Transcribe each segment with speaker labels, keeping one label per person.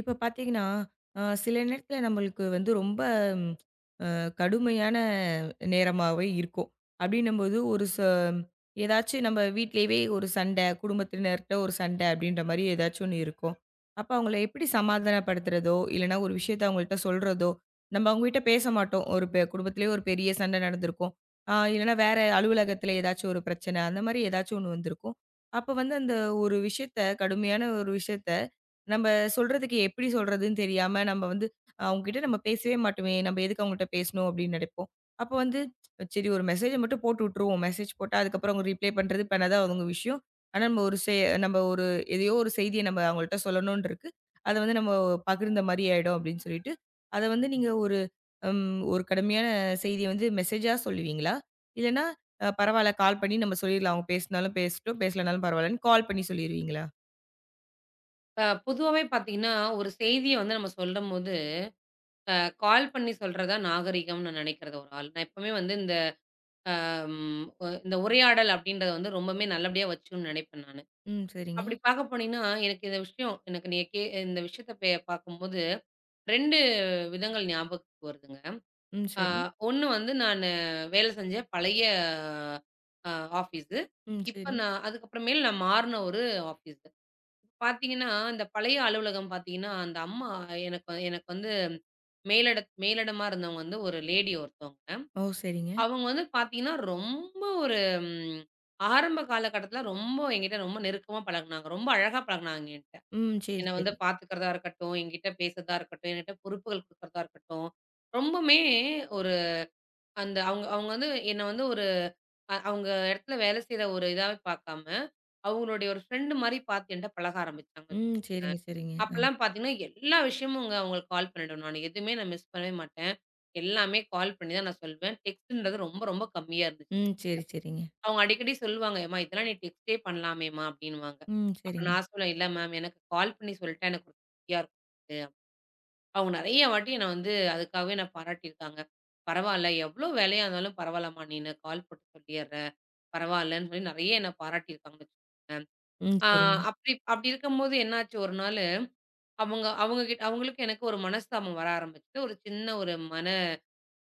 Speaker 1: இப்ப பார்த்தீங்கன்னா, சில நேரத்தில நம்மளுக்கு வந்து ரொம்ப ம் அ கடுமையான நேரமாவே இருக்கும். அப்படின்னும்போது ஒரு ச ஏதாச்சும் நம்ம வீட்லயே ஒரு சண்டை, குடும்பத்தினர்ட்ட ஒரு சண்டை அப்படின்ற மாரி ஏதாச்சும் ஒண்ணு இருக்கும். அப்ப அவங்கள எப்படி சமாதானப்படுத்துறதோ, இல்லைன்னா ஒரு விஷயத்த அவங்கள்ட்ட சொல்றதோ, நம்ம அவங்ககிட்ட பேச மாட்டோம். ஒரு பெ குடும்பத்திலேயே ஒரு பெரிய சண்டை நடந்திருக்கும். இல்லைன்னா வேற அலுவலகத்தில ஏதாச்சும் ஒரு பிரச்சனை, அந்த மாரி ஏதாச்சும் ஒண்ணு வந்திருக்கும். அப்ப வந்து அந்த ஒரு விஷயத்த கடுமையான ஒரு விஷயத்த நம்ம சொல்றதுக்கு எப்படி சொல்றதுன்னு தெரியாம, நம்ம வந்து அவங்ககிட்ட நம்ம பேசவே மாட்டோமே! நம்ம எதுக்கு அவங்ககிட்ட பேசணும் அப்படின்னு நெனைப்போம். அப்போ வந்து சரி ஒரு மெசேஜ மட்டும் போட்டு விட்டுருவோம். மெசேஜ் போட்டா அதுக்கப்புறம் அவங்க ரிப்ளை பண்றது, பண்ணாதா அவங்க விஷயம். ஆனா நம்ம எதையோ ஒரு செய்திய நம்ம அவங்கள்ட்ட சொல்லணும்னு இருக்கு. அத வந்து நம்ம பகிர்ந்த மாரி ஆயிடும் அப்படின்னு சொல்லிட்டு, அத வந்து நீங்க ஒரு ஒரு கடுமையான செய்திய வந்து மெசேஜா சொல்லுவீங்களா? இல்லன்னா பரவால்ல கால் பண்ணி நம்ம சொல்லிடலாம். அவங்க பேசினாலும் பேசட்டும், பேசலனாலும் பரவாயில்லன்னு கால் பண்ணி சொல்லிருவீங்களா?
Speaker 2: பொதுவாவே பார்த்தீங்கன்னா, ஒரு செய்திய வந்து நம்ம சொல்லும்போது, அ கால் பண்ணி சொல்றது தான் நாகரீகம்னு நான் நினைக்கிறது ஒரு ஆள். நான் எப்பவுமே வந்து இந்த ம் ஒ இந்த உரையாடல் அப்படின்றத வந்து ரொம்பவுமே நல்லபடியா வச்சுக்கணும்னு நினைப்பேன் நானு.
Speaker 1: ம். சரிங்க.
Speaker 2: அப்படி பார்க்க போனீங்கன்னா, எனக்கு இந்த விஷயம் எனக்கு நீங்க கே இந்த விஷயத்த பார்க்கும்போது 2 விதங்கள் ஞாபகத்துக்கு வருதுங்க.
Speaker 1: ம்.
Speaker 2: அ
Speaker 1: சரி.
Speaker 2: 1 வந்து நானு வேலை செஞ்ச பழைய அ ஆஃபீஸு.
Speaker 1: ம்.
Speaker 2: இப்ப
Speaker 1: சரி.
Speaker 2: நான் அதுக்கப்புறமேல் நான் மாறுன ஒரு ஆஃபீஸு. பாத்தீங்கன்னா, இந்த பழைய அலுவலகம் பாத்தீங்கன்னா, அந்த அம்மா எனக்கு வந்து மேலிட மேலிடமா இருந்தவங்க வந்து ஒரு லேடி ஒருத்தவங்க.
Speaker 1: ஓ! சரிங்க.
Speaker 2: அவங்க வந்து பாத்தீங்கன்னா, ரொம்ப ஒரு ம் ஆரம்ப காலகட்டத்தில ரொம்ப என்கிட்ட ரொம்ப நெருக்கமா பழகுனாங்க. ரொம்ப அழகா பழகுனாங்க என்கிட்ட.
Speaker 1: ம். சரி,
Speaker 2: என்ன வந்து
Speaker 1: சரி.
Speaker 2: பாத்துக்கிறதா இருக்கட்டும், என்கிட்ட பேசுறதா இருக்கட்டும், என்கிட்ட பொறுப்புகள் குடுக்கறதா இருக்கட்டும். ரொம்பவுமே ஒரு அந்த அவங்க அவங்க வந்து என்ன வந்து ஒரு அவங்க இடத்துல வேலை செய்ற ஒரு இதாவே பாக்காம, அவங்களுடைய ஒரு ஃப்ரெண்ட் மாரி பாத்து என்ட்ட பழக ஆரம்பிச்சாங்க.
Speaker 1: ம். சரிங்க, சரிங்க. அ.
Speaker 2: அப்பலாம் பார்த்தீங்கன்னா, எல்லா விஷயமுங்க அவங்களுக்கு கால் பண்ணிடுவேன் நானு. எதுவுமே நான் மிஸ் பண்ணவே மாட்டேன். எல்லாமே கால் பண்ணி தான் நான் சொல்வேன். டெக்ஸ்ட்ன்றது ரொம்ப, ரொம்ப கம்மியா இருந்துச்சு.
Speaker 1: ம். சரி, சரிங்க.
Speaker 2: அவங்க அடிக்கடி சொல்லுவாங்க, "ஏம்மா இதெல்லாம் நீ டெக்ஸ்ட்டே பண்ணலாமேம்மா" அப்படின்னுவாங்க.
Speaker 1: ம்.
Speaker 2: அப்ப
Speaker 1: சரிங்க.
Speaker 2: நான் சொல்லுவேன், "இல்ல மேம், எனக்கு கால் பண்ணி சொல்லிட்டா எனக்கு ஒரு திருப்தியா இருக்கும்." அவங்க நெறைய வாட்டி என்ன வந்து அதுக்காகவே என்ன பாராட்டியிருக்காங்க. "பரவால்ல, எவ்ளோ வேலையா இருந்தாலும் பரவால்லம்மா நீனு கால் போட்டு சொல்லிர்ற. பரவால்லன்னு" சொல்லி நெறைய என்ன பாராட்டியிருக்காங்கன்னு வச்சுக்கோங்களேன்.
Speaker 1: ம்.
Speaker 2: ஆ
Speaker 1: சரிங்க.
Speaker 2: அப்படி அப்படி இருக்கும்போது என்னாச்சு ஒரு நாள், அவங்க அவங்க கிட்ட அவங்களுக்கும் எனக்கும் ஒரு மனஸ்தாபம் வர ஆரம்பிச்சுட்டு, ஒரு சின்ன ஒரு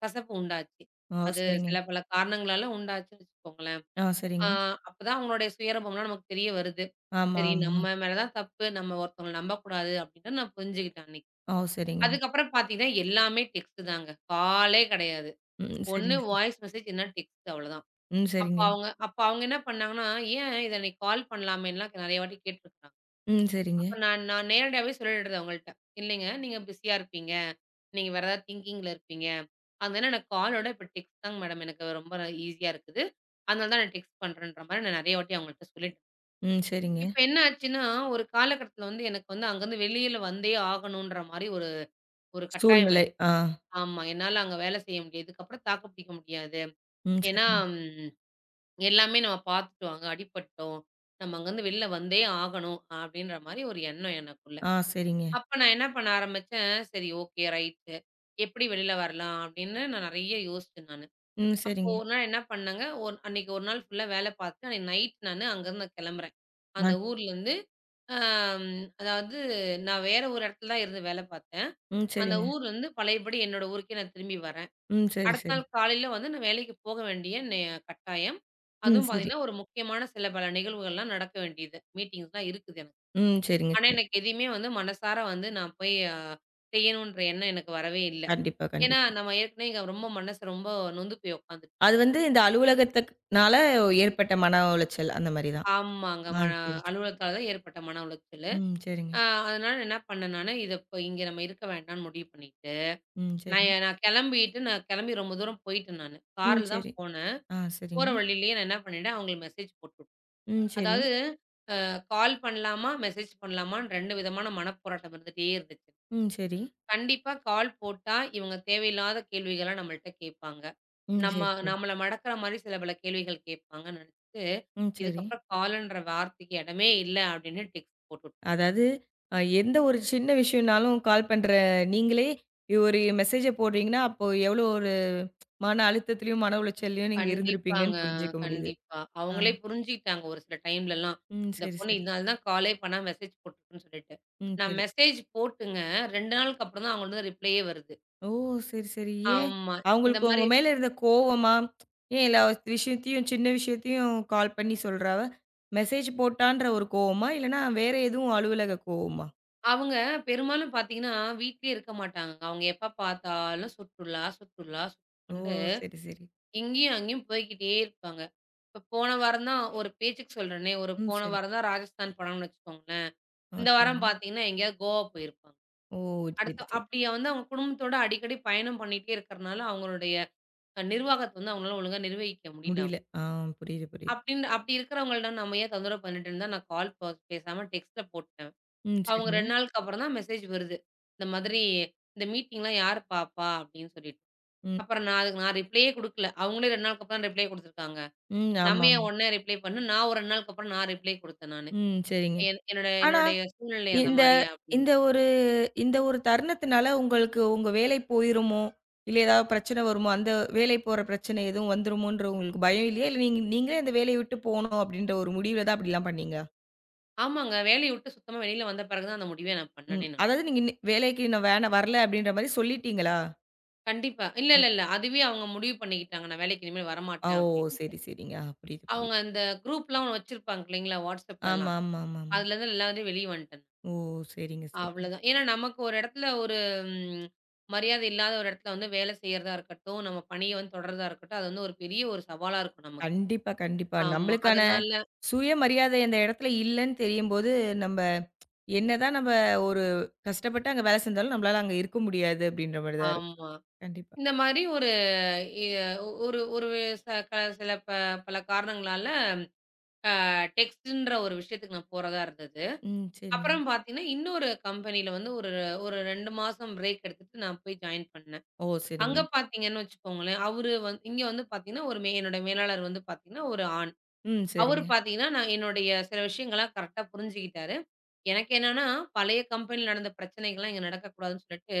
Speaker 2: கசப்பு உண்டாச்சு.
Speaker 1: ஓ!
Speaker 2: அது
Speaker 1: சரிங்க.
Speaker 2: சில பல காரணங்களால உண்டாச்சுன்னு வச்சுக்கோங்களேன்.
Speaker 1: ஆ
Speaker 2: ஆ
Speaker 1: சரிங்க.
Speaker 2: அப்பதான் அவங்களுடைய சுயரூபம்லாம் நமக்கு தெரிய வருது.
Speaker 1: ஆமா,
Speaker 2: சரி,
Speaker 1: ஆமா.
Speaker 2: நம்ம மேல தான் தப்பு, நம்ம ஒருத்தவங்கள நம்பக்கூடாது அப்படின்னு நான் புரிஞ்சுகிட்டேன் அன்னைக்கு.
Speaker 1: ஓ! சரிங்க.
Speaker 2: அதுக்கப்புறம் பார்த்தீங்கன்னா, எல்லாமே டெக்ஸ்ட் தாங்க. காலே கிடையாது.
Speaker 1: ம்.
Speaker 2: ஒண்ணு
Speaker 1: சரிங்க, சரி.
Speaker 2: வாய்ஸ் மெசேஜ் இல்லன்னா டெக்ஸ்ட், அவ்வளோதான்.
Speaker 1: ம்.
Speaker 2: அப்ப
Speaker 1: சரிங்க.
Speaker 2: அவங்க அப்ப அவங்க என்ன பண்ணாங்கன்னா, ஏன் இத அன்னைக்கு கால் பண்ணலாமேன்லாம் நெறைய வாட்டி கேட்டுருக்காங்க.
Speaker 1: ம். சரிங்க.
Speaker 2: அப்ப நான் நான் நேரடியாவே சொல்லிடுறது அவங்கள்ட்ட. இல்லைங்க, நீங்க பிஸியா இருப்பீங்க. நீங்க வேற ஏதாவது திங்கிங்ல இருப்பீங்க. அதனால எனக்கு காலோட இப்ப டெக்ஸ்ட் தாங்க மேடம், எனக்கு ரொம்ப ஈஸியா இருக்குது. அதனால தான் நான் டெக்ஸ்ட் பண்றேன்ற மாரி நான் நெறைய வாட்டி அவங்கள்ட்ட சொல்லிட்டேன்.
Speaker 1: ம். சரிங்க.
Speaker 2: இப்ப என்ன ஆச்சுன்னா, ஒரு காலகட்டத்தில வந்து எனக்கு வந்து அங்கருந்து வெளியில வந்தே ஆகணுன்ற மாரி ஒரு ஒரு கட்டாயம்
Speaker 1: சூழ்நிலை.
Speaker 2: எனக்கு.
Speaker 1: ஆ.
Speaker 2: ஆமா. என்னால அங்க வேலை செய்ய முடியாது. இதுக்கப்புறம் தாக்கு பிடிக்க முடியாது.
Speaker 1: ம்.
Speaker 2: ஏன்னா,
Speaker 1: சரிங்க.
Speaker 2: ம் எல்லாமே நம்ம பார்த்துட்டோம். அங்க அடிபட்டோம். நம்ம அங்கருந்து வெளில வந்தே ஆகணும். அப்படின்ற மாரி ஒரு எண்ணம் எனக்குள்ள.
Speaker 1: ஆ சரிங்க.
Speaker 2: அப்ப நான் என்ன பண்ண ஆரம்பிச்சேன், சரி, ஓகே, ரைட்டு. எப்படி வெளில வரலாம்? அப்படின்னு நான் நெறைய யோசிச்சேன் நானு.
Speaker 1: ம்.
Speaker 2: அப்போ
Speaker 1: சரிங்க.
Speaker 2: ஒரு நாள் என்ன பண்ணேங்க, அன்னைக்கு ஒரு நாள் ஃபுல்லா வேல பார்த்துட்டு, அன்னைக்கு நைட் நானு அங்கருந்து கெளம்புறேன்.
Speaker 1: அ.
Speaker 2: அந்த ஊர்லருந்து. அம் அதாவது, நான் வேற ஒரு இடத்துல தான் இருந்து வேல பார்த்தேன்.
Speaker 1: ம்.
Speaker 2: அந்த
Speaker 1: சரிங்க.
Speaker 2: ஊர்லருந்து பழையபடி என்னோட ஊருக்கே நான் திரும்பி வரேன்.
Speaker 1: ம். சரி,
Speaker 2: அடுத்த
Speaker 1: சரி.
Speaker 2: நாள் காலையில வந்து நான் வேலைக்கு போக வேண்டிய கட்டாயம்.
Speaker 1: ம்.
Speaker 2: அதுவும்
Speaker 1: சரி.
Speaker 2: பார்த்தீங்கன்னா, ஒரு முக்கியமான சில பல நிகழ்வுகள்லாம் நடக்க வேண்டியது. மீட்டிங்ஸ்லாம் இருக்குது எனக்கு.
Speaker 1: ம். சரிங்க.
Speaker 2: ஆனா,
Speaker 1: சரி.
Speaker 2: எனக்கு எதையுமே வந்து மனசார வந்து நான் போய் செய்யணுன்ற எண்ணம் எனக்கு வரவே இல்ல.
Speaker 1: கண்டிப்பா,
Speaker 2: ஏன்னா,
Speaker 1: கண்டிப்பா.
Speaker 2: நம்ம ஏற்கனவே இங்க ரொம்ப மனசு ரொம்ப நொந்து போய் உட்காந்துட்டு.
Speaker 1: அது வந்து இந்த அலுவலகத்துக்குனால ஏற்பட்ட மன உளைச்சல் அந்த மாரி தான்.
Speaker 2: ஆமாங்க.
Speaker 1: ஆ சரி, சரி.
Speaker 2: அலுவலகத்தால தான் ஏற்பட்ட மன உளைச்சலு.
Speaker 1: ம். சரிங்க.
Speaker 2: அ அதனால என்ன பண்ணேன் நானு, இத இப்ப இங்க நம்ம இருக்க வேண்டாம்ன்னு முடிவு பண்ணிட்டு,
Speaker 1: ம். சரி.
Speaker 2: நான் கெளம்பி ரொம்ப தூரம் போயிட்டேன் நானு.
Speaker 1: ம்.
Speaker 2: கார்ல தான்
Speaker 1: சரி.
Speaker 2: போனேன்.
Speaker 1: ஆ
Speaker 2: போற
Speaker 1: சரிங்க.
Speaker 2: வழியிலேயே நான் என்ன பண்ணிட்டேன், அவங்களுக்கு மெசேஜ் போட்டுட்டேன்.
Speaker 1: ம். சரி.
Speaker 2: அதாவது, கால் பண்ணலாமா? மெசேஜ் பண்ணலாமான்னு 2 விதமான மனப்போராட்டம் இருந்துட்டே இருந்துச்சு.
Speaker 1: ம். சரி.
Speaker 2: கண்டிப்பா கால் போட்டா, இவங்க தேவையில்லாத கேள்விகள நம்மள்ட்ட கேட்பாங்க.
Speaker 1: ம்.
Speaker 2: நம்ம
Speaker 1: சரி, சரி.
Speaker 2: நம்மள மடக்குற மாரி சில பல கேள்விகள் கேட்பாங்கன்னு நெனச்சுட்டு,
Speaker 1: ம். சரி.
Speaker 2: இதுக்கப்புறம் காலன்ற வார்த்தைக்கு இடமே இல்ல அப்படின்னு டெக்ஸ்ட் போட்டுட்டோம்.
Speaker 1: அதாவது எந்த ஒரு சின்ன விஷயம்னாலும் கால் பண்ற நீங்களே ஒரு மெசேஜ போடுறீங்கன்னா, அப்போ எவ்வளோ ஒரு மன அழுத்தத்திலயும், மன உளைச்சல்லயும் நீங்க
Speaker 2: கண்டிப்பாங்க.
Speaker 1: இருந்திருப்பீங்கன்னு புரிஞ்சுக்க முடியுது.
Speaker 2: கண்டிப்பா.
Speaker 1: ஆ.
Speaker 2: அவங்களே புரிஞ்சுக்கிட்டாங்க ஒரு சில டைம்லலாம்.
Speaker 1: ம்.
Speaker 2: இந்த
Speaker 1: சரி,
Speaker 2: பொண்ணு
Speaker 1: சரி.
Speaker 2: இதனால தான் காலே பண்ணாம மெசேஜ் போட்டுருக்குன்னு சொல்லிட்டு.
Speaker 1: ம்.
Speaker 2: நான்
Speaker 1: சரி.
Speaker 2: மெசேஜ் போட்டுங்க, 2 நாளுக்கு அப்புறம் தான் அவங்கள்ட்ட ரிப்ளேயே வருது.
Speaker 1: ஓ! சரி, சரி. ஏன்?
Speaker 2: ஆமா. இந்த
Speaker 1: அவங்களுக்கு உங்க
Speaker 2: மாரி
Speaker 1: மேல இருந்த கோவமா? ஏன் எல்லா விஷயத்தையும் சின்ன விஷயத்தையும் கால் பண்ணி சொல்றா அவ? மெசேஜ் போட்டான்ற ஒரு கோவமா? இல்லன்னா வேற எதுவும் அலுவலக கோவமா?
Speaker 2: அவங்க பெரும்பாலும் பார்த்தீங்கன்னா, வீட்லயே இருக்க மாட்டாங்கங்க. அவங்க எப்ப பார்த்தாலும் சுற்றுலா, சுற்றுலா,
Speaker 1: ஓ!
Speaker 2: சுற்றுலான்ட்டு
Speaker 1: சரி, சரி.
Speaker 2: இங்கேயும், அங்கேயும் போய்க்கிட்டே இருப்பாங்க. இப்ப போன வாரம் தான் ஒரு பேச்சுக்கு சொல்றேனே, ஒரு
Speaker 1: ம்.
Speaker 2: போன
Speaker 1: சரி.
Speaker 2: வாரம் தான் ராஜஸ்தான் போனாங்கன்னு வச்சுக்கோங்களேன்.
Speaker 1: ஆ
Speaker 2: இந்த
Speaker 1: சரிங்க.
Speaker 2: வாரம் பார்த்தீங்கன்னா, எங்கேயாவது கோவா போயிருப்பாங்க.
Speaker 1: ஓ!
Speaker 2: அடுத்து
Speaker 1: சரி, சரி.
Speaker 2: அப்படியே வந்து அவங்க குடும்பத்தோட அடிக்கடி பயணம் பண்ணிட்டே இருக்கிறனால, அவங்களுடைய நிர்வாகத்த வந்து அவங்களால ஒழுங்கா நிர்வகிக்க முடியல
Speaker 1: முடியல.
Speaker 2: அவங்க.
Speaker 1: ஆ புரியுது, புரியுது.
Speaker 2: அப்படின்னு அப்படி இருக்கிறவங்கள்ட்ட நம்ம ஏன் தொந்தரவு பண்ணிட்டு இருந்தா, நான் கால் ப பேசாம டெக்ஸ்ட்ல போட்டேன்.
Speaker 1: ம்.
Speaker 2: அவங்க
Speaker 1: சரிங்க.
Speaker 2: 2 நாளுக்கு அப்புறம் தான் மெசேஜ் வருது. இந்த மாதிரி இந்த மீட்டிங்லாம் யார் பார்ப்பா? அப்படின்னு சொல்லிட்டு.
Speaker 1: ம்.
Speaker 2: அப்புறம் நான் அதுக்கு நான் ரிப்ளேயே குடுக்கல. அவங்களே 2 நாளுக்கு அப்புறம் தான் ரிப்ளே குடுத்துருக்காங்க.
Speaker 1: ம்.
Speaker 2: நம்ம ஏன்
Speaker 1: ஆமாமா.
Speaker 2: உடனே ரிப்ளை பண்ணணும்? நான் ஒரு 2 நாளுக்கு அப்புறம் நான் ரிப்ளை குடுத்தேன் நானு.
Speaker 1: ம். சரிங்க.
Speaker 2: என் என்னோட
Speaker 1: ஆனா,
Speaker 2: என்னுடைய சூழ்நிலை அந்த
Speaker 1: இந்த
Speaker 2: மாரியா
Speaker 1: இந்த
Speaker 2: அப்டின்ட்டு.
Speaker 1: ஒரு இந்த ஒரு தருணத்தினால உங்களுக்கு உங்க வேலை போயிருமோ? இல்ல ஏதாவது பிரச்சனை வருமோ? அந்த வேலை போற பிரச்சனை எதுவும் வந்துருமோன்ற உங்களுக்கு பயம் இல்லையா? இல்ல நீங்களே அந்த வேலைய விட்டு போணும் அப்படின்ற ஒரு முடிவுல தான் அப்படிலாம் பண்ணீங்க?
Speaker 2: ஆமாங்க. வேலைய விட்டு சுத்தமா வெளில வந்த பிறகு தான் அந்த முடிவே நான்
Speaker 1: ம்.
Speaker 2: பண்ணனே நான்.
Speaker 1: அதாவது நீங்க நி வேலைக்கு நான் வேணா வரல அப்படின்ற மாரி சொல்லிட்டீங்களா?
Speaker 2: கண்டிப்பா. இல்ல,
Speaker 1: ஓ.
Speaker 2: இல்ல, இல்ல. அதுவே அவங்க முடிவு பண்ணிக்கிட்டாங்க. நான் வேலைக்கு இனிமேல்
Speaker 1: ஆ
Speaker 2: வரமாட்டேன்
Speaker 1: ஓ!
Speaker 2: அப்டின்ட்டு.
Speaker 1: சரி, சரிங்க. ஆ புரியுது,
Speaker 2: அவங்க
Speaker 1: புரியுது.
Speaker 2: அந்த குரூப்லாம் ஒண்ணு வச்சிருப்பாங்க இல்லைங்களா?
Speaker 1: ஆமா,
Speaker 2: WhatsAppலலாம்.
Speaker 1: ஆமா, ஆமாமா.
Speaker 2: அதுலருந்து எல்லாத்துலயும் வெளிய வந்துட்டேன்.
Speaker 1: ஓ! சரிங்க, சரிங்க.
Speaker 2: அவ்வளதான். ஏன்னா நமக்கு ஒரு இடத்துல, ஒரு ம் மரியாதை இல்லாத ஒரு இடத்துல வந்து வேலை செய்யறதா இருக்கட்டும், நம்ம பணிய வந்து தொடர்றதா இருக்கட்டும், அது வந்து ஒரு பெரிய ஒரு சவாலா இருக்கும் நமக்கு.
Speaker 1: கண்டிப்பா, கண்டிப்பா.
Speaker 2: ஆமா.
Speaker 1: நம்மளுக்கான
Speaker 2: அதனால,
Speaker 1: சுயமரியாதை அந்த இடத்துல இல்லன்னு தெரியும்போது, நம்ப என்னதான் நம்ம ஒரு கஷ்டப்பட்டு அங்க வேலை செஞ்சாலும், நம்மளால அங்க இருக்க முடியாது அப்படின்ற மாரி தான் இருக்கும்.
Speaker 2: ஆமா,
Speaker 1: கண்டிப்பா.
Speaker 2: இந்த மாரி ஒரு இ ஒரு ஒரு ச க சில பல காரணங்களால டெக்ஸ்ட்ன்ற ஒரு விஷயத்துக்கு நான் போறதா இருந்தது.
Speaker 1: ம். சரிங்க.
Speaker 2: அப்புறம் பார்த்தீங்கன்னா, இன்னொரு கம்பெனியில வந்து ஒரு ஒரு 2 மாசம் பிரேக் எடுத்துட்டு நான் போய் ஜாயின் பண்ணேன்.
Speaker 1: ஓ! சரிங்க.
Speaker 2: அங்க பார்த்தீங்கன்னு வச்சுக்கோங்களேன், அவரு வந்து இங்க வந்து பார்த்தீங்கன்னா, ஒரு மே என்னோட மேலாளர் வந்து பார்த்தீங்கன்னா, ஒரு ஆண்.
Speaker 1: ம்.
Speaker 2: அவரு
Speaker 1: சரிங்க.
Speaker 2: பார்த்தீங்கன்னா, நான் என்னுடைய சில விஷயங்கள்லாம் கரெக்ட்டா புரிஞ்சுக்கிட்டாரு. எனக்கு என்னன்னா, பழைய கம்பெனியில நடந்த பிரச்சனைகள்லாம் இங்க நடக்கக்கூடாதுன்னு சொல்லிட்டு,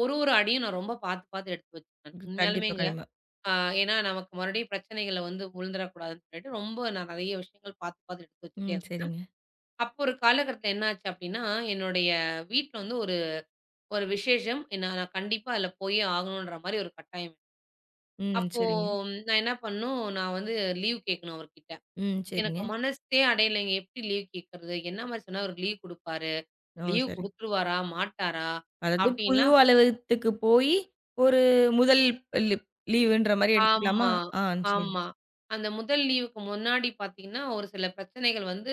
Speaker 2: ஒரு ஒரு அடியும் நான் ரொம்ப பார்த்து பார்த்து எடுத்து வச்சேன். உண்மையாலுமே.
Speaker 1: கண்டிப்பா, கண்டிப்பா.
Speaker 2: ஆ ஏன்னா நமக்கு மறுபடியும் பிரச்சனைகள்ல வந்து விழுந்துடக்கூடாதுன்னு சொல்லிட்டு ரொம்ப நான் நெறைய விஷயங்கள் பார்த்து, பார்த்து எடுத்து வச்சுட்டே
Speaker 1: ம்.
Speaker 2: இருந்தேன்.
Speaker 1: சரிங்க.
Speaker 2: அப்போ ஒரு காலகட்டத்தில என்னாச்சு அப்டின்னா, என்னுடைய வீட்ல வந்து ஒரு ஒரு விசேஷம். நான் நான் கண்டிப்பா அதில போயே ஆகணுன்ற மாரி ஒரு கட்டாயம்.
Speaker 1: ம்.
Speaker 2: அப்போ
Speaker 1: சரிங்க.
Speaker 2: நான் என்ன பண்ணணும், நான் வந்து லீவ் கேட்கணும் அவர்கிட்ட.
Speaker 1: ம். சரிங்க.
Speaker 2: எனக்கு மனசே அடையலைங்க. எப்டி லீவ் கேட்கறது? என்ன மாரி சொன்னா அவரு லீவ் குடுப்பாரு?
Speaker 1: ஓ!
Speaker 2: லீவ்
Speaker 1: சரிங்க.
Speaker 2: குடுத்துருவாரா? மாட்டாரா?
Speaker 1: அதாவது புது
Speaker 2: அப்டின்லாம்.
Speaker 1: அலுவலகத்துக்கு போயி, ஒரு முதல் லீ லீவுன்ற மாரி எடுத்துக்கலாமா?
Speaker 2: ஆமா,
Speaker 1: ஆ. சரி.
Speaker 2: ஆமா. அந்த முதல் லீவுக்கு முன்னாடி பார்த்தீங்கன்னா, ஒரு சில பிரச்சனைகள் வந்து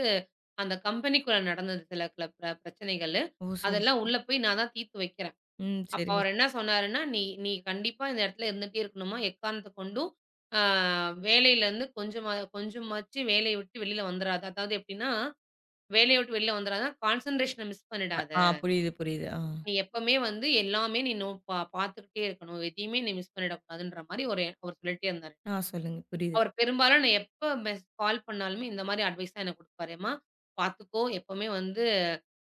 Speaker 2: அந்த கம்பெனிக்குள்ள நடந்தது சில கில பிர பிரச்சனைகளு.
Speaker 1: ஓ! சரி,
Speaker 2: அதெல்லாம்
Speaker 1: சரி.
Speaker 2: உள்ள போய் நான் தான் தீர்த்து வைக்கிறேன்.
Speaker 1: ம்.
Speaker 2: அப்ப
Speaker 1: சரிங்க.
Speaker 2: அவரு என்ன சொன்னாருன்னா, "நீ நீ கண்டிப்பா இந்த இடத்துல இருந்துட்டே இருக்கணுமா, எக்காரணத்த கொண்டும் ஆ வேலையிலருந்து கொஞ்சமா கொஞ்சமாச்சு வேலைய விட்டு வெளியில வந்துராத. அதாவது எப்படின்னா, வேலைய விட்டு வெளியில வந்துராதன்னா, கான்சன்ட்ரேஷன மிஸ் பண்ணிடாத.
Speaker 1: ஆ புரியுது, புரியுது. ஆ.
Speaker 2: நீ எப்பவுமே வந்து எல்லாமே நீ நோ பா பார்த்துக்கிட்டே இருக்கணும். எதையுமே நீ மிஸ் பண்ணிடக்கூடாதுன்ற" மாரி ஒரு அவர் சொல்லிட்டே இருந்தாரு.
Speaker 1: ஆ சொல்லுங்க. புரியுது.
Speaker 2: அவர் பெரும்பாலும் நான் எப்ப மெஸ் கால் பண்ணாலுமே இந்த மாரி அட்வைஸ் தான் எனக்கு குடுப்பாரு. "ஏம்மா பார்த்துக்கோ, எப்பவுமே வந்து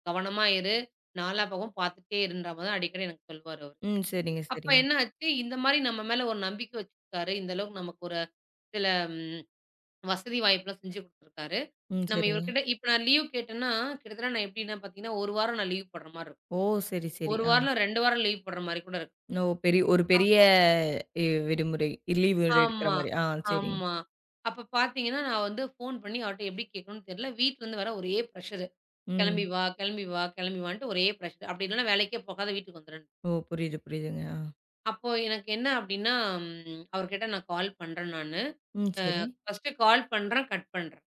Speaker 2: கவனமா இரு. நாலா பக்கமும் பார்த்துட்டே இருன்ற" மாரி தான் அடிக்கடி எனக்கு சொல்லுவாரு அவரு.
Speaker 1: ம். சரிங்க,
Speaker 2: அப்ப
Speaker 1: சரிங்க.
Speaker 2: என்ன ஆச்சு, இந்த மாரி நம்ம மேல ஒரு நம்பிக்கை வச்சிருக்காரு. இந்த அளவுக்கு நமக்கு ஒரு சில ம் வசதி வாய்ப்புலாம் செஞ்சு குடுத்துருக்காரு.
Speaker 1: ம்.
Speaker 2: நம்ம
Speaker 1: சரிங்க.
Speaker 2: இவர்கிட்ட இப்ப நான் லீவ் கேட்டேன்னா, கிட்டத்தட்ட நான் எப்படின்னா பார்த்தீங்கன்னா, 1 வாரம் நான் லீவ் போடுற மாரி இருக்கும்.
Speaker 1: ஓ! சரி, சரி.
Speaker 2: 1
Speaker 1: ஆ.
Speaker 2: வாரம் இல்ல 2 வாரம் லீவ் போடுற மாரி கூட இருக்கு.
Speaker 1: ஓ! பெரிய ஒரு பெரிய
Speaker 2: அப்ப.
Speaker 1: விடுமுறை லீவு எடுக்கிற
Speaker 2: ஆமா,
Speaker 1: மாரி. ஆ சரிங்க.
Speaker 2: ஆமா. அப்ப பார்த்தீங்கன்னா, நான் வந்து ஃபோன் பண்ணி அவர்ட்ட எப்படி கேட்கணும்னு தெரியல. வீட்லருந்து வேற ஒரே பிரஷரு. "கிளம்பி
Speaker 1: ம்.
Speaker 2: வா, கிளம்பி வா, கிளம்பி வான்ட்டு" ஒரே பிரஷர். அப்படி இல்லன்னா வேலைக்கே போகாத வீட்டுக்கு வந்துருன்னு.
Speaker 1: ஓ! புரியுது, புரியுதுங்க. ஆ.
Speaker 2: அப்போ எனக்கு என்ன அப்படின்னா, அவர்கிட்ட நான் கால் பண்றேன் நானு.
Speaker 1: ம். சரி.
Speaker 2: ஃபர்ஸ்ட்டு கால் பண்றேன், கட் பண்றேன்.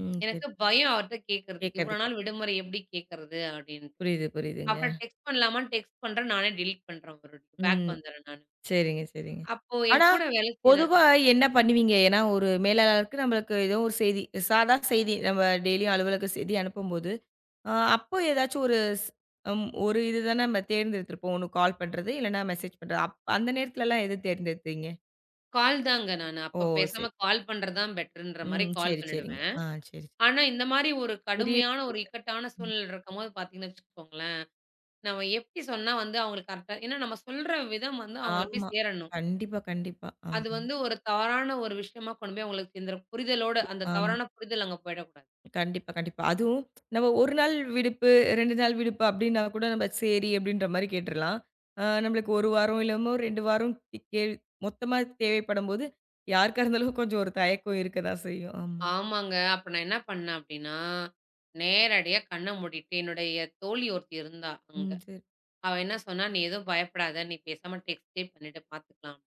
Speaker 1: ம். சரி.
Speaker 2: எனக்கு பயம் அவர்ட்ட கேட்கறதுக்கு. இவ்வளோ
Speaker 1: கேட்கறதுக்கு.
Speaker 2: நாள் விடுமுறை எப்படி கேட்கறது அப்படின்ட்டு.
Speaker 1: புரியுது, புரியுதுங்க.
Speaker 2: அப்புறம் டெக்ஸ்ட் பண்ணலாமான்னு டெக்ஸ்ட் பண்றேன். நானே டெலீட் பண்றேன் அவருக்கு. பேக்
Speaker 1: ம்.
Speaker 2: வந்துர்றேன் நானு.
Speaker 1: சரிங்க, சரிங்க.
Speaker 2: அப்போ என்
Speaker 1: ஆனா,
Speaker 2: கூட வேலை செய்ற.
Speaker 1: பொதுவா என்ன பண்ணுவீங்க? ஏன்னா, ஒரு மேலாளருக்கு நம்மளுக்கு ஏதோ ஒரு செய்தி, சாதா செய்தி நம்ம டெய்லியும் அலுவலக செய்தி அனுப்பும்போது ஆ அப்போ ஏதாச்சும் ஒரு ஸ் ம் ஒரு இது தானே நம்ம தேர்ந்தெடுத்திருப்போம். ஒண்ணு கால் பண்றது, இல்லன்னா மெசேஜ் பண்றது. அப் அந்த நேரத்துலலாம் எது தேர்ந்தெடுத்தீங்க?
Speaker 2: கால் தாங்க நானு.
Speaker 1: ஓ!
Speaker 2: அப்ப
Speaker 1: சரி.
Speaker 2: பேசாம கால் பண்றது தான் பெட்டர்ன்ற மாரி
Speaker 1: ம்.
Speaker 2: கால்
Speaker 1: சரி, சரிங்க.
Speaker 2: பண்ணிடுவேன்.
Speaker 1: ஆ சரி.
Speaker 2: ஆனா, இந்த மாரி ஒரு
Speaker 1: பெரிய
Speaker 2: கடுமையான ஒரு இக்கட்டான
Speaker 1: ம்.
Speaker 2: சூழ்நிலை இருக்கும்போது பார்த்தீங்கன்னு வச்சுக்கோங்களேன், நம்ம எப்படி சொன்னா வந்து அவங்களுக்கு கரெக்ட்டா, ஏன்னா நம்ம சொல்ற விதம் வந்து அவங்கள போய்
Speaker 1: ஆமா.
Speaker 2: சேரணும்.
Speaker 1: கண்டிப்பா, கண்டிப்பா.
Speaker 2: அது
Speaker 1: ஆமா.
Speaker 2: வந்து ஒரு தவறான ஒரு விஷயமா கொண்டு போய் அவங்களுக்கு இந்த புரிதலோட அந்த
Speaker 1: ஆமா.
Speaker 2: தவறான புரிதல் அங்க போயிடக்கூடாது.
Speaker 1: கண்டிப்பா, கண்டிப்பா. அதுவும் நம்ம 1 நாள் விடுப்பு, 2 நாள் விடுப்பு அப்டின்னா கூட நம்ம சரி அப்டின்ற மாரி கேட்டுறலாம். ஆ நம்மளுக்கு 1 வாரம் இல்லாம 2 வாரம் கே கே- மொத்தமா தேவைப்படும்போது, யாருக்கா இருந்தாலும் கொஞ்சம் ஒரு தயக்கம் இருக்க தான் செய்யும். ஆமா.
Speaker 2: ஆமாங்க. அப்ப நான் என்ன பண்ணேன் அப்படின்னா, நேரடியா கண்ண மூடிட்டு என்னுடைய தோழி ஒருத்தி இருந்தா அங்க.
Speaker 1: ம் சரி.
Speaker 2: அவ என்ன சொன்னா, "நீ எதுவும் பயப்படாத. நீ பேசாம டெக்ஸ்ட்டே பண்ணிடு பார்த்துக்கலாம்."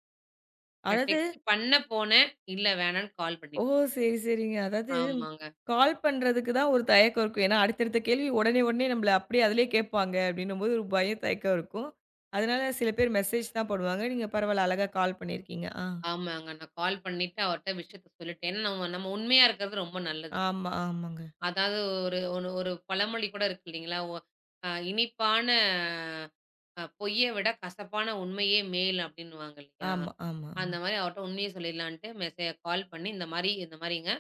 Speaker 2: நான்
Speaker 1: அதாவது
Speaker 2: டெக்ஸ்ட் பண்ண போனேன். இல்ல, வேணான்னு கால்
Speaker 1: ஓ!
Speaker 2: பண்ணிட்டேன்.
Speaker 1: சரி, சரிங்க. அதாவது
Speaker 2: ஆமாங்க.
Speaker 1: கால் பண்றதுக்கு தான் ஒரு தயக்கம் இருக்கும். ஏன்னா, அடுத்தடுத்த கேள்வி உடனே, உடனே நம்மள அப்படியே அதிலயே கேட்பாங்க அப்படின்னும்போது ஒரு பயம், தயக்கம் இருக்கும். அதனால சில பேர் மெசேஜ் தான் போடுவாங்க. நீங்க பரவாயில்ல அழகா கால் பண்ணியிருக்கீங்க. ஆ,
Speaker 2: ஆமாங்க. நான் கால் பண்ணிட்டு அவர்ட்ட விஷயத்த சொல்லிட்டேன். ஏன்னா நம்ம நம்ம உண்மையா இருக்கிறது ரொம்ப நல்லதுங்க.
Speaker 1: ஆமா, ஆமாங்க.
Speaker 2: அதாவது, ஒரு ஒரு ஒரு பழமொழி கூட இருக்கு இல்லைங்களா? ஒ அ "இனிப்பான பொய்ய விட கசப்பான உண்மையே மேல்" அப்படின்னுவாங்க இல்லையா?
Speaker 1: ஆமா, ஆமா,
Speaker 2: அந்த
Speaker 1: ஆமா.
Speaker 2: மாரி அவர்ட்ட உண்மைய சொல்லிடலான்ட்டு கால் பண்ணி, "இந்த மாரிங்க,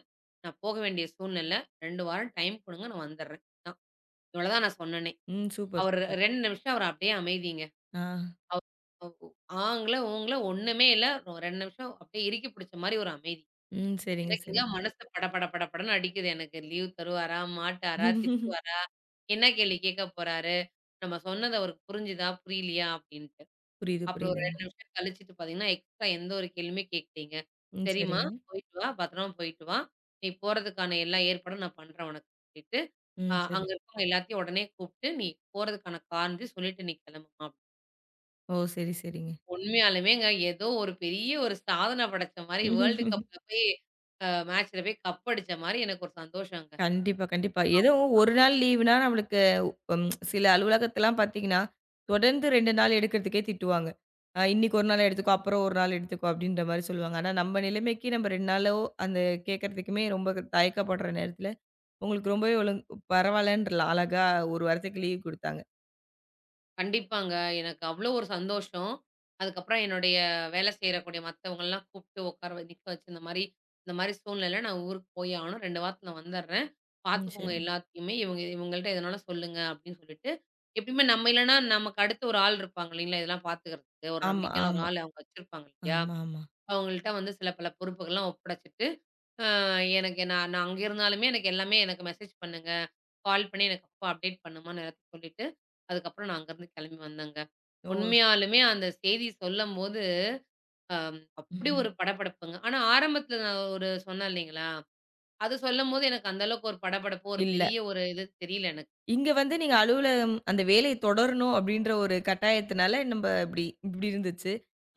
Speaker 2: நான் போக வேண்டிய சூழ்நிலை. 2 வாரம் டைம் குடுங்க. நான் வந்துடுறேன்." தான். இவ்வளோதான் நான் சொன்னனே.
Speaker 1: ம். சூப்பர்,
Speaker 2: அவரு
Speaker 1: சூப்பர்.
Speaker 2: 2 நிமிஷம் அவரு அப்படியே அமைதிங்க.
Speaker 1: ஆ.
Speaker 2: அவ் அவ் ஆங்கள, ஊங்கள ஒண்ணுமே இல்ல. 2 நிமிஷம் அப்படியே இறுக்கி பிடிச்ச மாரி ஒரு அமைதி.
Speaker 1: ம். சரிங்க,
Speaker 2: எனக்குங்க
Speaker 1: சரிங்க.
Speaker 2: மனசு பட பட பட படன்னு அடிக்குது எனக்கு. லீவ் தருவாரா? மாட்டாரா? திட்டுவாரா? என்ன கேள்வி கேட்க போறாரு? நம்ம சொன்னது அவருக்கு புரிஞ்சுதா? புரியலையா? அப்டின்ட்டு.
Speaker 1: புரியுது,
Speaker 2: அப்புறம் ஒரு
Speaker 1: புரியுதுங்க.
Speaker 2: 2 நிமிஷம் கழிச்சுட்டு பார்த்தீங்கன்னா, எக்ஸ்ட்ரா எந்த ஒரு கேள்வியுமே கேட்கலீங்க.
Speaker 1: ம்.
Speaker 2: சரிம்மா,
Speaker 1: சரிங்க.
Speaker 2: போயிட்டு வா. பத்திரமா போயிட்டு வா. நீ போறதுக்கான எல்லா ஏற்பாடும் நான் பண்றேன் உனக்கு சொல்லிட்டு,
Speaker 1: ம். சரி.
Speaker 2: அங்க இருக்கவங்க எல்லாத்தையும் உடனே கூப்ட்டு, நீ போறதுக்கான காரணத்தையும் சொல்லிட்டு நீ கிளம்புமா.
Speaker 1: ஓ! சரி, சரிங்க.
Speaker 2: உண்மையாலுமேங்க ஏதோ ஒரு பெரிய ஒரு சாதனை படைச்ச மாரி வேர்ல்டு கப்ல போய் மேட்ச்ல போய் கப் அடிச்ச மாரி எனக்கு ஒரு சந்தோஷங்க.
Speaker 1: கண்டிப்பா, கண்டிப்பா. ஏதோ ஒரு நாள் லீவுனா நம்மளுக்கு ம் சில அலுவலகத்தலாம் பார்த்தீங்கன்னா, தொடர்ந்து 2 நாள் எடுக்கிறதுக்கே திட்டுவாங்க. அ இன்னைக்கு ஒரு நாள் எடுத்துக்கோ, அப்புறம் ஒரு நாள் எடுத்துக்கோ அப்படின்ற மாரி சொல்லுவாங்க. ஆனா நம்ம நிலைமைக்கு நம்ம 2 நாளோ அந்த கேட்கறதுக்குமே ரொம்ப தயக்கப்படுற நேரத்தில, உங்களுக்கு ரொம்பவே பரவாயில்லன்ற அழகா 1 வாரத்துக்கு லீவ் குடுத்தாங்க.
Speaker 2: கண்டிப்பாங்க. எனக்கு அவ்ளோ ஒரு சந்தோஷம். அதுக்கப்புறம் என்னுடைய வேலை செய்யக்கூடிய மத்தவங்கலாம் கூப்ட்டு உட்கார நிக்க வச்சு, இந்த மாரி சூழ்நிலை நான் ஊருக்கு போயே ஆகணும். 2 வாரத்துல வந்துர்றேன்.
Speaker 1: ம்.
Speaker 2: பார்த்துக்கோங்க
Speaker 1: சரிங்க.
Speaker 2: எல்லாத்தையுமே. இவங்க இவங்கள்ட்ட எதனாலும் சொல்லுங்க அப்படின்னு சொல்லிட்டு, எப்பயுமே நம்ம இல்லன்னா நமக்கு அடுத்து ஒரு ஆள் இருப்பாங்க இல்லைங்களா? இதெல்லாம் பார்த்துக்கிறதுக்கு. ஒரு
Speaker 1: ஆமா,
Speaker 2: நம்பிக்கையான ஒரு
Speaker 1: ஆமா,
Speaker 2: ஆள் அவங்க வச்சிருப்பாங்க இல்லையா?
Speaker 1: ஆமா, ஆமா.
Speaker 2: அவங்கள்ட்ட வந்து சில பல பொறுப்புகள்லாம் ஒப்படைச்சிட்டு, அ எனக்கு நான் நான் அங்க இருந்தாலுமே எனக்கு எல்லாமே எனக்கு மெசேஜ் பண்ணுங்க. கால் பண்ணி எனக்கு அப்போ அப்டேட் பண்ணுமான்னு எல்லாத்தையும் சொல்லிட்டு, அதுக்கப்புறம் நான் அங்கருந்து கெளம்பி வந்தேங்க.
Speaker 1: ஓ!
Speaker 2: உண்மையாலுமே அந்த செய்தி சொல்லம்போது, அப்படி
Speaker 1: ம்ஹ்ம்.
Speaker 2: ஒரு படபடப்புங்க. ஆனா ஆரம்பத்தில நான் ஒரு சொன்னேன் இல்லைங்களா? அது சொல்லம்போது எனக்கு அந்த அளவுக்கு ஒரு படபடப்பு, ஒரு
Speaker 1: இல்ல.
Speaker 2: பெரிய ஒரு இது தெரியல எனக்கு.
Speaker 1: இங்க வந்து நீங்க அலுவலகம் அந்த வேலை தொடரணும் அப்படின்ற ஒரு கட்டாயத்தினால நம்ப இப்படி இப்படி இருந்துச்சு.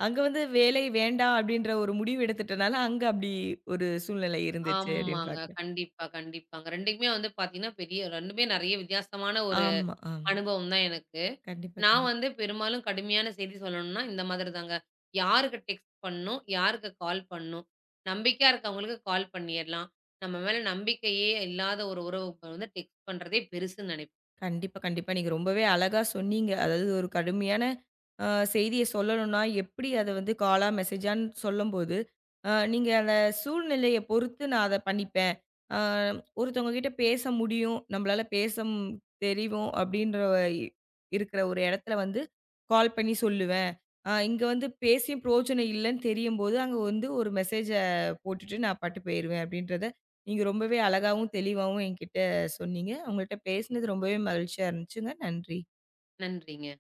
Speaker 1: அங்க வந்து வேலை வேண்டாம் அப்படின்ற ஒரு முடிவு எடுத்துட்டனால, அங்க அப்படி ஒரு சூழ்நிலை இருந்துச்சு அப்படின்னு
Speaker 2: ஆமாங்க.
Speaker 1: பார்க்குறேன்.
Speaker 2: கண்டிப்பா, கண்டிப்பாங்க. 2க்குமே வந்து பாத்தீங்கன்னா, பெரிய 2மே நெறைய வித்தியாசமான
Speaker 1: ஆமா, ஆமா.
Speaker 2: அனுபவம் தான் எனக்கு.
Speaker 1: கண்டிப்பா,
Speaker 2: நான்
Speaker 1: கண்டிப்பா.
Speaker 2: வந்து பெரும்பாலும் கடுமையான செய்தி சொல்லணும்னா, இந்த மாதிரி தாங்க. யாருக்கு டெக்ஸ்ட் பண்ணணும்? யாருக்கு கால் பண்ணணும்? நம்பிக்கையா இருக்கவங்களுக்கு கால் பண்ணியறலாம். நம்ம மேல நம்பிக்கையே இல்லாத ஒரு உறவுக்கு வந்து டெக்ஸ்ட் பண்றதே பெருசுன்னு நெனைப்பேன்.
Speaker 1: கண்டிப்பா, கண்டிப்பா. நீங்க ரொம்பவே அழகா சொன்னீங்க. அதாவது ஒரு கடுமையான அ செய்திய சொல்லணும்னா, எப்படி அத வந்து காலா, மெசேஜான்னு சொல்லும்போது, நீங்க அந்த சூழ்நிலைய பொறுத்து நான் அத பண்ணிப்பேன். அ ஒருத்தவங்க கிட்ட பேச முடியும், நம்மளால பேச தெரியும் அப்படின்ற இ இருக்கிற ஒரு இடத்துல வந்து கால் பண்ணி சொல்லுவேன். இங்க வந்து பேசியும் பிரயோஜனம் இல்லன்னு தெரியும்போது, அங்க வந்து ஒரு மெசேஜ போட்டுட்டு நான் பாட்டுக்கு போயிருவேன் அப்படின்றத, நீங்க ரொம்பவே அழகாவும், தெளிவாவும் என்கிட்ட சொன்னீங்க. உங்கள்ட்ட பேசினது ரொம்பவே மகிழ்ச்சியா இருந்துச்சுங்க. நன்றி.
Speaker 2: நன்றிங்க.